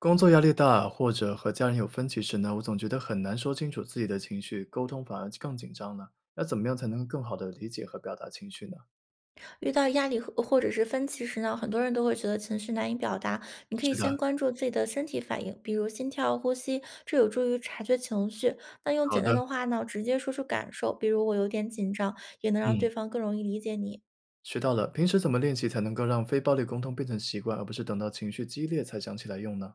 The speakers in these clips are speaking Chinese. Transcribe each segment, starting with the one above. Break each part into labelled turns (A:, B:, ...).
A: 工作压力大，或者和家人有分歧时呢，我总觉得很难说清楚自己的情绪，沟通反而更紧张了。要怎么样才能更好的理解和表达情绪呢？
B: 遇到压力或者是分歧时呢，很多人都会觉得情绪难以表达。你可以
A: 是的，
B: 先关注自己的身体反应，比如心跳、呼吸，这有助于察觉情绪。那用
A: 好
B: 简
A: 的，
B: 单的话呢，直接说出感受，比如我有点紧张，也能让对
A: 嗯，
B: 方更容易理解你。
A: 学到了。平时怎么练习才能够让非暴力沟通变成习惯，而不是等到情绪激烈才想起来用呢？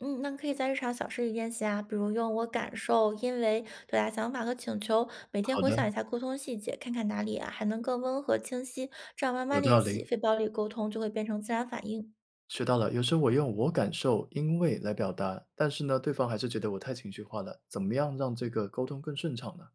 B: 嗯，那可以在日常小事里练习啊，比如用"我感受"、"因为"表达想法和请求，每天
A: 好
B: 回
A: 的，
B: 想一下沟通细节，看看哪里啊还能更温和清晰，这样慢
A: 有
B: 慢练
A: 道
B: 习，
A: 理，
B: 非暴力沟通就会变成自然反应。
A: 学到了。有时候我用我感受、因为来表达，但是呢，对方还是觉得我太情绪化了。怎么样让这个沟通更顺畅呢？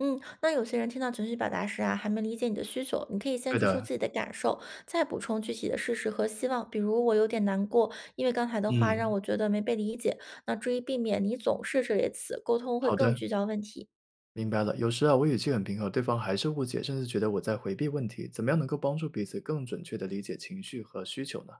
B: 嗯，那有些人听到情绪表达时啊，还没理解你的需求，你可以先
A: 对
B: 说出
A: 的，
B: 自己的感受，再补充具体的事实和希望。比如，我有点难过，因为刚才的话让
A: 嗯，
B: 我觉得没被理解。那注意避免你总是这类词，沟通会
A: 好
B: 更
A: 的。
B: 聚焦问题。
A: 明白了，有时啊，我语气很平和，对方还是误解，甚至觉得我在回避问题。怎么样能够帮助彼此更准确地理解情绪和需求呢？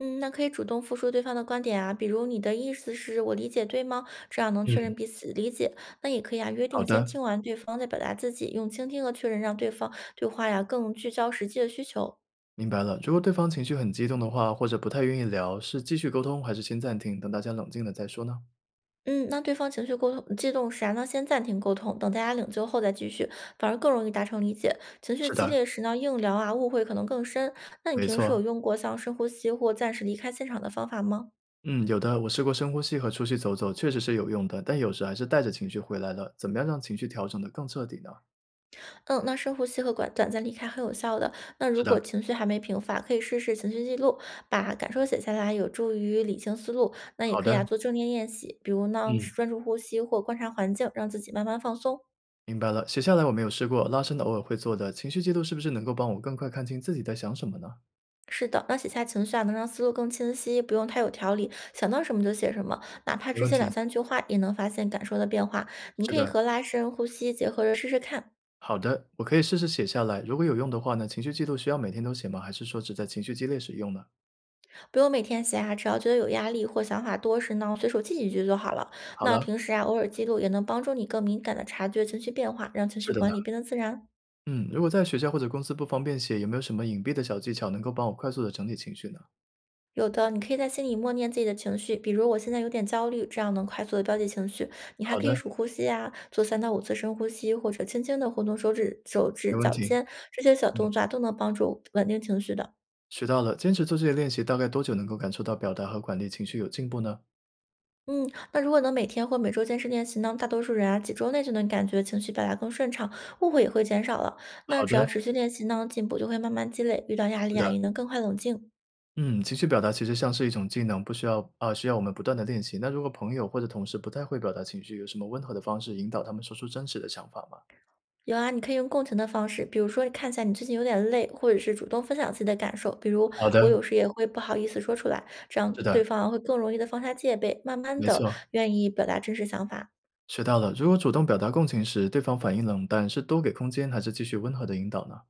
B: 嗯，那可以主动复述对方的观点啊，比如你的意思是我理解对吗？这样能
A: 嗯，
B: 确认彼此理解。那也可以啊，约
A: 好
B: 定先
A: 的，
B: 听完对方再表达自己，用倾听和确认让对方对话呀更聚焦实际的需求。
A: 明白了。如果对方情绪很激动的话，或者不太愿意聊，是继续沟通还是先暂停，等大家冷静了再说呢？
B: 嗯，那对方情绪沟通激动时啊，那先暂停沟通，等大家领救后再继续，反而更容易达成理解。情绪
A: 是
B: 激
A: 的，
B: 烈时呢，硬聊啊，误会可能更深。那你
A: 没
B: 平时有
A: 错。
B: 用过像深呼吸或暂时离开现场的方法吗？
A: 嗯，有的，我试过深呼吸和出去走走，确实是有用的，但有时还是带着情绪回来了。怎么样让情绪调整得更彻底呢？
B: 嗯，那深呼吸和短暂离开很有效的。那
A: 是
B: 如果
A: 的，
B: 情绪还没平复啊，可以试试情绪记录，把感受写下来，有助于理清思路。那也
A: 好
B: 可以啊，
A: 的，
B: 做正念练习，比如呢，
A: 嗯，
B: 专注呼吸或观察环境，让自己慢慢放松。
A: 明白了。写下来我没有试过，拉伸的偶尔会做的。情绪记录是不是能够帮我更快看清自己在想什么呢？
B: 是的，那写下情绪啊，能让思路更清晰，不用太有条理，想到什么就写什么，哪怕
A: 没
B: 只
A: 问
B: 写两
A: 题，
B: 三句话，也能发现感受的变化。你
A: 是
B: 可以
A: 的，
B: 和拉伸、呼吸结合着试试看，
A: 好的，我可以试试写下来。如果有用的话呢，情绪记录需要每天都写吗？还是说只在情绪激烈时用呢？
B: 不用每天写啊，只要觉得有压力或想法多时呢，随手记几句就好了。
A: 好
B: 那
A: 了，
B: 平时啊，偶尔记录也能帮助你更敏感的察觉情绪变化，让情
A: 是
B: 绪
A: 的呢，
B: 管理变得自然。
A: 嗯，如果在学校或者公司不方便写，有没有什么隐蔽的小技巧能够帮我快速的整理情绪呢？
B: 有的，你可以在心里默念自己的情绪，比如我现在有点焦虑，这样能快速的标记情绪。你还
A: 好
B: 可以
A: 的，
B: 数呼吸啊，做3到5次深呼吸，或者轻轻的活动手指、
A: 没问
B: 脚
A: 题，
B: 尖，这些小
A: 嗯，
B: 动作啊都能帮助稳定情绪的。
A: 学到了。坚持做这些练习，大概多久能够感受到表达和管理情绪有进步呢？
B: 嗯，那如果能每天或每周坚持练习呢，大多数人啊几周内就能感觉情绪表达更顺畅，误会也会减少了。那
A: 好
B: 只要
A: 的，
B: 持续练习呢，进步就会慢慢积累，遇到压
A: 是
B: 力
A: 的，
B: 啊也能更快冷静。
A: 嗯，情绪表达其实像是一种技能，不需要啊、需要我们不断的练习。那如果朋友或者同事不太会表达情绪，有什么温和的方式引导他们说出真实的想法吗？
B: 有啊，你可以用共情的方式，比如说你看一下你最近有点累，或者是主动分享自己的感受。比如
A: 好
B: 我
A: 的，
B: 有时也会不好意思说出来，这样
A: 是的，
B: 对方会更容易的放下戒备，慢慢
A: 没
B: 的
A: 错，
B: 愿意表达真实想法。
A: 学到了。如果主动表达共情时，对方反应冷淡，是多给空间，还是继续温和的引导呢？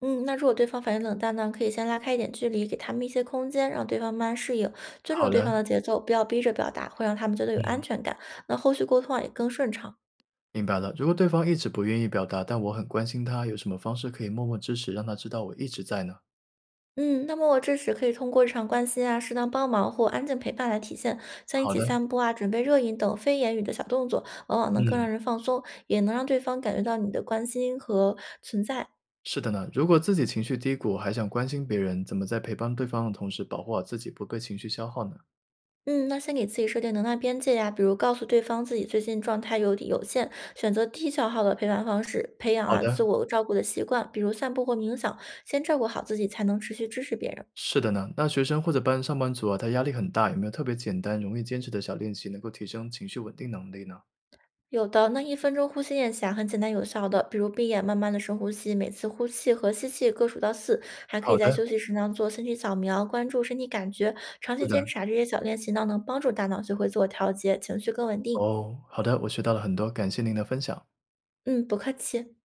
B: 嗯，那如果对方反应冷淡呢，可以先拉开一点距离，给他们一些空间，让对方慢慢适应，尊重
A: 好
B: 对
A: 的，
B: 方的节奏，不要逼着表达，会让他们觉得有安
A: 嗯，
B: 全感。那后续沟通啊也更顺畅。
A: 明白了。如果对方一直不愿意表达，但我很关心他，有什么方式可以默默支持，让他知道我一直在呢？
B: 嗯，那么我这时可以通过日常关心啊、适当帮忙或安静陪伴来体现，像一
A: 好
B: 起
A: 的，
B: 散步啊、准备热饮等非言语的小动作，往往能更
A: 嗯，
B: 让人放松，也能让对方感觉到你的关心和存在。
A: 是的呢。如果自己情绪低谷，还想关心别人，怎么在陪伴对方的同时，保护好自己不被情绪消耗呢？
B: 嗯，那先给自己设定能量边界呀、比如告诉对方自己最近状态有限，选择低消耗的陪伴方式，培养
A: 好
B: 啊自
A: 的，
B: 我照顾的习惯，比如散步或冥想，先照顾好自己，才能持续支持别人。
A: 是的呢。那学生或者班上班族啊，他压力很大，有没有特别简单、容易坚持的小练习，能够提升情绪稳定能力呢？
B: 有的，那1分钟呼吸练习啊，很简单有效的，比如闭眼慢慢的深呼吸，每次呼气和吸气各数到四，还可以
A: 好
B: 在
A: 的，
B: 休息时呢做身体扫描，关注身体感觉。长
A: 是
B: 期
A: 的。
B: 坚持啊，这些小练习呢，能帮助大脑学会自我调节，情绪更稳定。
A: 哦，好的，我学到了很多，感谢您的分享。
B: 嗯，不客气。